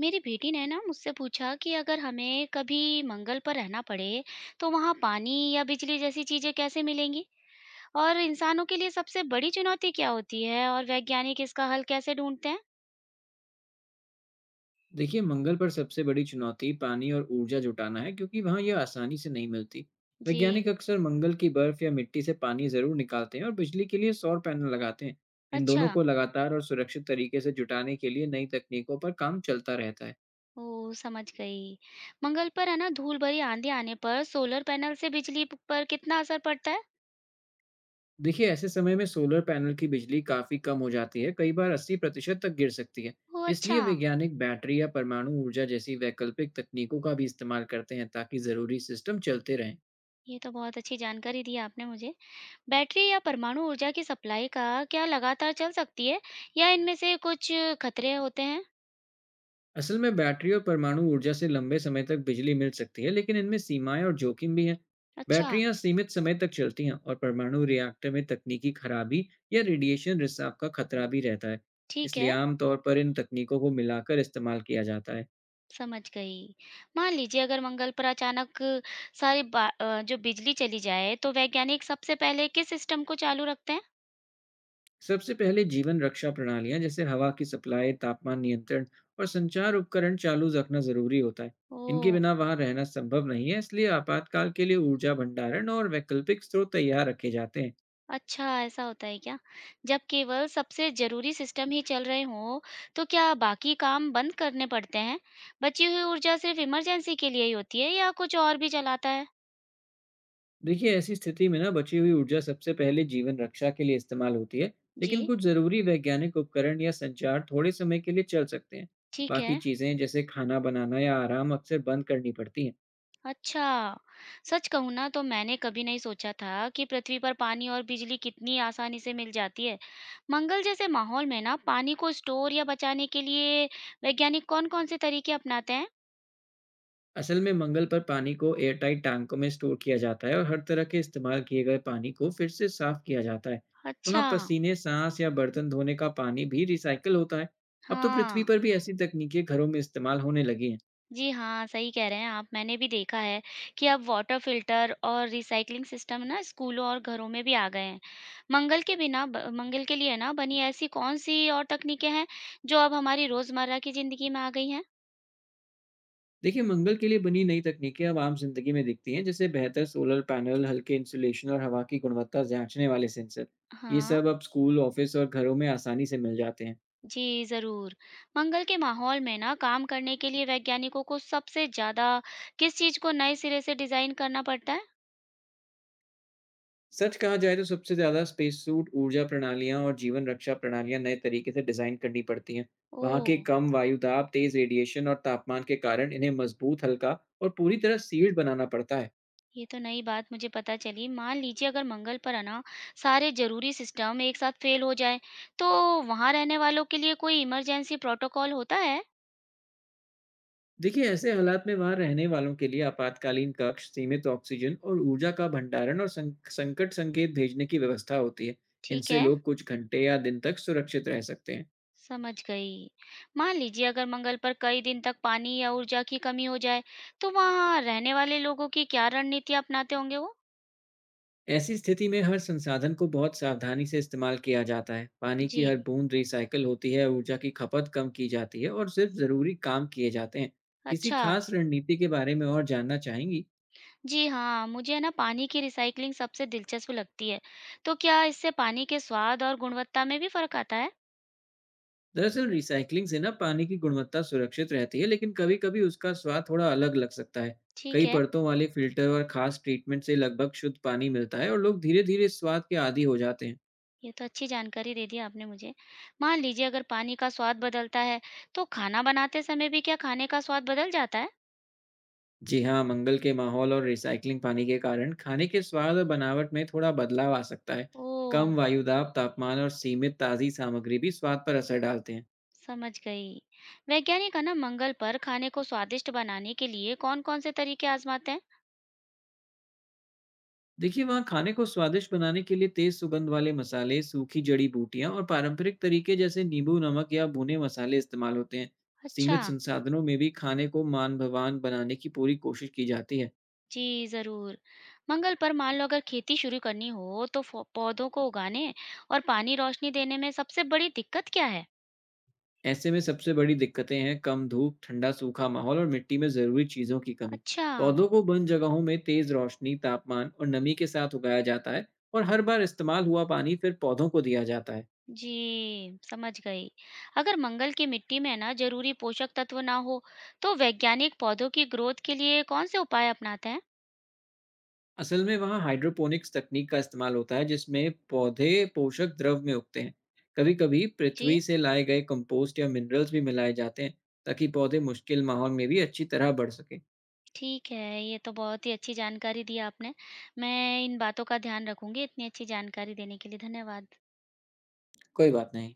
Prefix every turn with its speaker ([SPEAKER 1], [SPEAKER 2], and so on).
[SPEAKER 1] मेरी बेटी ने ना मुझसे पूछा कि अगर हमें कभी मंगल पर रहना पड़े तो वहां पानी या बिजली जैसी चीजें कैसे मिलेंगी। और इंसानों के लिए सबसे बड़ी चुनौती क्या होती है और वैज्ञानिक इसका हल कैसे ढूंढते हैं।
[SPEAKER 2] देखिए, मंगल पर सबसे बड़ी चुनौती पानी और ऊर्जा जुटाना है क्योंकि वहाँ यह आसानी से नहीं मिलती।
[SPEAKER 1] जी।
[SPEAKER 2] वैज्ञानिक अक्सर मंगल की बर्फ या मिट्टी से पानी जरूर निकालते हैं और बिजली के लिए सौर पैनल लगाते हैं। इन
[SPEAKER 1] अच्छा।
[SPEAKER 2] दोनों को लगातार और सुरक्षित तरीके से जुटाने के लिए नई तकनीकों पर काम चलता रहता है।
[SPEAKER 1] ओ समझ गई। मंगल पर है ना, धूल भरी आंधी आने पर सोलर पैनल से बिजली पर कितना असर पड़ता है।
[SPEAKER 2] देखिए, ऐसे समय में सोलर पैनल की बिजली काफी कम हो जाती है, कई बार 80% तक गिर सकती है।
[SPEAKER 1] ओ अच्छा।
[SPEAKER 2] इसलिए वैज्ञानिक बैटरी या परमाणु ऊर्जा जैसी वैकल्पिक तकनीकों का भी इस्तेमाल करते हैं ताकि जरूरी सिस्टम चलते रहें।
[SPEAKER 1] ये तो बहुत अच्छी जानकारी दी आपने मुझे। बैटरी या परमाणु ऊर्जा की सप्लाई का क्या लगातार चल सकती है, या इनमें से कुछ खतरे होते हैं।
[SPEAKER 2] असल में बैटरी और परमाणु ऊर्जा से लंबे समय तक बिजली मिल सकती है, लेकिन इनमें सीमाएं और जोखिम भी हैं।
[SPEAKER 1] अच्छा।
[SPEAKER 2] बैटरियां सीमित समय तक चलती हैं और परमाणु रिएक्टर में तकनीकी खराबी या रेडिएशन रिसाव का खतरा भी रहता है।
[SPEAKER 1] ठीक
[SPEAKER 2] इसलिए
[SPEAKER 1] है।
[SPEAKER 2] आमतौर पर इन तकनीकों को मिलाकर इस्तेमाल किया जाता है।
[SPEAKER 1] समझ गई। मान लीजिए अगर मंगल पर अचानक जो बिजली चली जाए तो वैज्ञानिक सबसे पहले किस सिस्टम को चालू रखते हैं?
[SPEAKER 2] सबसे पहले जीवन रक्षा प्रणालियां जैसे हवा की सप्लाई, तापमान नियंत्रण और संचार उपकरण चालू रखना जरूरी होता है। इनके
[SPEAKER 1] ओह!
[SPEAKER 2] बिना वहां रहना संभव नहीं है, इसलिए आपातकाल के लिए ऊर्जा भंडारण और वैकल्पिक स्रोत तैयार रखे जाते हैं।
[SPEAKER 1] अच्छा, ऐसा होता है क्या? जब केवल सबसे ज़रूरी सिस्टम ही चल रहे हों, तो क्या बाकी काम बंद करने पड़ते हैं? बची हुई ऊर्जा सिर्फ़ इमरजेंसी के लिए ही होती है या कुछ और भी चलाता है?
[SPEAKER 2] देखिए, ऐसी स्थिति में ना बची हुई ऊर्जा सबसे पहले जीवन रक्षा के लिए इस्तेमाल होती है। लेकिन
[SPEAKER 1] जी।
[SPEAKER 2] कुछ जरूरी वैज्ञानिक उपकरण या संचार थोड़े समय के लिए चल सकते हैं।
[SPEAKER 1] ठीक
[SPEAKER 2] बाकी
[SPEAKER 1] है।
[SPEAKER 2] चीजें जैसे खाना बनाना या आराम अक्सर बंद करनी पड़ती हैं।
[SPEAKER 1] अच्छा। सच कहूँ ना तो मैंने कभी नहीं सोचा था कि पृथ्वी पर पानी और बिजली कितनी आसानी से मिल जाती है। मंगल जैसे माहौल में ना, पानी को स्टोर या बचाने के लिए वैज्ञानिक कौन-कौन से तरीके अपनाते हैं?
[SPEAKER 2] असल में मंगल पर पानी को एयरटाइट टैंकों में स्टोर किया जाता है और हर तरह के इस्तेमाल किए गए पानी को फिर से साफ किया जाता है।
[SPEAKER 1] अच्छा।
[SPEAKER 2] वहाँ पसीने, सांस या बर्तन धोने का पानी भी रिसाइकल होता है। अब तो पृथ्वी
[SPEAKER 1] हाँ।
[SPEAKER 2] पर भी ऐसी तकनीकें घरों में इस्तेमाल होने लगी हैं।
[SPEAKER 1] जी हाँ, सही कह रहे हैं आप। मैंने भी देखा है कि अब वाटर फिल्टर और रिसाइकलिंग सिस्टम ना, स्कूलों और घरों में भी आ गए हैं। मंगल के बिना ब- मंगल के लिए ना बनी ऐसी कौन सी और तकनीकें हैं जो अब हमारी रोजमर्रा की जिंदगी में आ गई हैं?
[SPEAKER 2] देखिए, मंगल के लिए बनी नई तकनीकें अब आम जिंदगी में दिखती हैं, जैसे बेहतर सोलर पैनल, हल्के इंसुलेशन और हवा की गुणवत्ता जांचने वाले सेंसर। ये
[SPEAKER 1] हाँ।
[SPEAKER 2] सब अब स्कूल, ऑफिस और घरों में आसानी से मिल जाते हैं।
[SPEAKER 1] जी, ज़रूर। मंगल के माहौल में ना, काम करने के लिए वैज्ञानिकों को सबसे ज़्यादा किस चीज़ को नए सिरे से डिज़ाइन करना पड़ता है?
[SPEAKER 2] सच कहा जाए तो सबसे ज़्यादा स्पेस सूट, ऊर्जा प्रणालियाँ और जीवन रक्षा प्रणालियाँ नए तरीके से डिज़ाइन करनी पड़ती हैं। वहाँ
[SPEAKER 1] ओह!
[SPEAKER 2] के कम वायुदाब, तेज़ रेडिएशन और तापमान के कारण इन्हें मजबूत, हल्का और पूरी तरह सील्ड बनाना पड़ता है।
[SPEAKER 1] ये तो नई बात मुझे पता चली। मान लीजिए अगर मंगल पर है ना, सारे ज़रूरी सिस्टम एक साथ फ़ेल हो जाएँ, तो वहाँ रहने वालों के लिए कोई इमरजेंसी प्रोटोकॉल होता है?
[SPEAKER 2] देखिए, ऐसे हालात में वहाँ रहने वालों के लिए आपातकालीन कक्ष, सीमित ऑक्सीजन और ऊर्जा का भंडारण और संकट संकेत भेजने की व्यवस्था होती है।
[SPEAKER 1] ठीक
[SPEAKER 2] इनसे
[SPEAKER 1] है।
[SPEAKER 2] लोग कुछ घंटे या दिन तक सुरक्षित रह सकते हैं।
[SPEAKER 1] समझ गई। मान लीजिए अगर मंगल पर कई दिन तक पानी या ऊर्जा की कमी हो जाए, तो वहाँ रहने वाले लोगों की क्या रणनीति अपनाते होंगे वो?
[SPEAKER 2] ऐसी स्थिति में हर संसाधन को बहुत सावधानी से इस्तेमाल किया जाता है। पानी
[SPEAKER 1] जी।
[SPEAKER 2] की हर बूंद रिसाइकिल होती है, ऊर्जा की खपत कम की जाती है और सिर्फ ज़रूरी काम किए जाते हैं। किसी
[SPEAKER 1] अच्छा।
[SPEAKER 2] खास रणनीति के बारे में और जानना चाहेंगी?
[SPEAKER 1] जी हाँ, मुझे है ना, पानी की रिसाइक्लिंग सबसे दिलचस्प लगती है। तो क्या इससे पानी के स्वाद और गुणवत्ता में भी फर्क आता है?
[SPEAKER 2] दरअसल रिसाइकलिंग से ना पानी की गुणवत्ता सुरक्षित रहती है, लेकिन कभी कभी उसका स्वाद थोड़ा अलग लग सकता है।
[SPEAKER 1] ठीक
[SPEAKER 2] कई
[SPEAKER 1] है।
[SPEAKER 2] परतों वाले फिल्टर और खास ट्रीटमेंट से लगभग शुद्ध पानी मिलता है और लोग धीरे धीरे इस स्वाद के आदी हो जाते हैं।
[SPEAKER 1] ये तो अच्छी जानकारी दे दी आपने मुझे। मान लीजिए अगर पानी का स्वाद बदलता है, तो खाना बनाते समय भी क्या खाने का स्वाद बदल जाता है?
[SPEAKER 2] जी हाँ, मंगल के माहौल और रिसाइकलिंग पानी के कारण खाने के स्वाद और बनावट में थोड़ा बदलाव आ सकता है।
[SPEAKER 1] ओह।
[SPEAKER 2] कम वायुदाब, तापमान और सीमित ताज़ी सामग्री भी स्वाद पर असर डालते हैं।
[SPEAKER 1] समझ गई। वैज्ञानिक है ना, मंगल पर खाने को स्वादिष्ट बनाने के लिए कौन-कौन से तरीके आजमाते हैं?
[SPEAKER 2] देखिए, वहाँ खाने को स्वादिष्ट बनाने के लिए तेज सुगंध वाले मसाले, सूखी जड़ी बूटियां और पारंपरिक तरीके जैसे नींबू नमक या भुने मसाले इस्तेमाल होते हैं।
[SPEAKER 1] अच्छा।
[SPEAKER 2] सीमित संसाधनों में भी खाने को मान भवान बनाने की पूरी कोशिश की जाती है।
[SPEAKER 1] जी, ज़रूर। मंगल पर मान लो अगर खेती शुरू करनी हो तो फ़ो पौधों को उगाने और पानी रोशनी देने में सबसे बड़ी दिक्कत क्या है?
[SPEAKER 2] ऐसे में सबसे बड़ी दिक्कतें हैं कम धूप, ठंडा सूखा माहौल और मिट्टी में जरूरी चीजों की कमी।
[SPEAKER 1] अच्छा।
[SPEAKER 2] पौधों को बंद जगहों में तेज रोशनी, तापमान और नमी के साथ उगाया जाता है और हर बार इस्तेमाल हुआ पानी फिर पौधों को दिया जाता है।
[SPEAKER 1] जी, समझ गई। अगर मंगल की मिट्टी में ना ज़रूरी पोषक तत्व ना हो तो वैज्ञानिक पौधों की ग्रोथ के लिए कौन-से उपाय अपनाते हैं?
[SPEAKER 2] असल में वहाँ हाइड्रोपोनिक्स तकनीक का इस्तेमाल होता है जिसमें पौधे पोषक द्रव में उगते हैं। कभी कभी
[SPEAKER 1] जी,
[SPEAKER 2] पृथ्वी से लाए गए कंपोस्ट या मिनरल्स भी मिलाए जाते हैं ताकि पौधे मुश्किल माहौल में भी अच्छी तरह बढ़ सके।
[SPEAKER 1] ठीक है। ये तो बहुत ही अच्छी जानकारी दी आपने। मैं इन बातों का ध्यान रखूँगी। इतनी अच्छी जानकारी देने के लिए धन्यवाद।
[SPEAKER 2] कोई बात नहीं।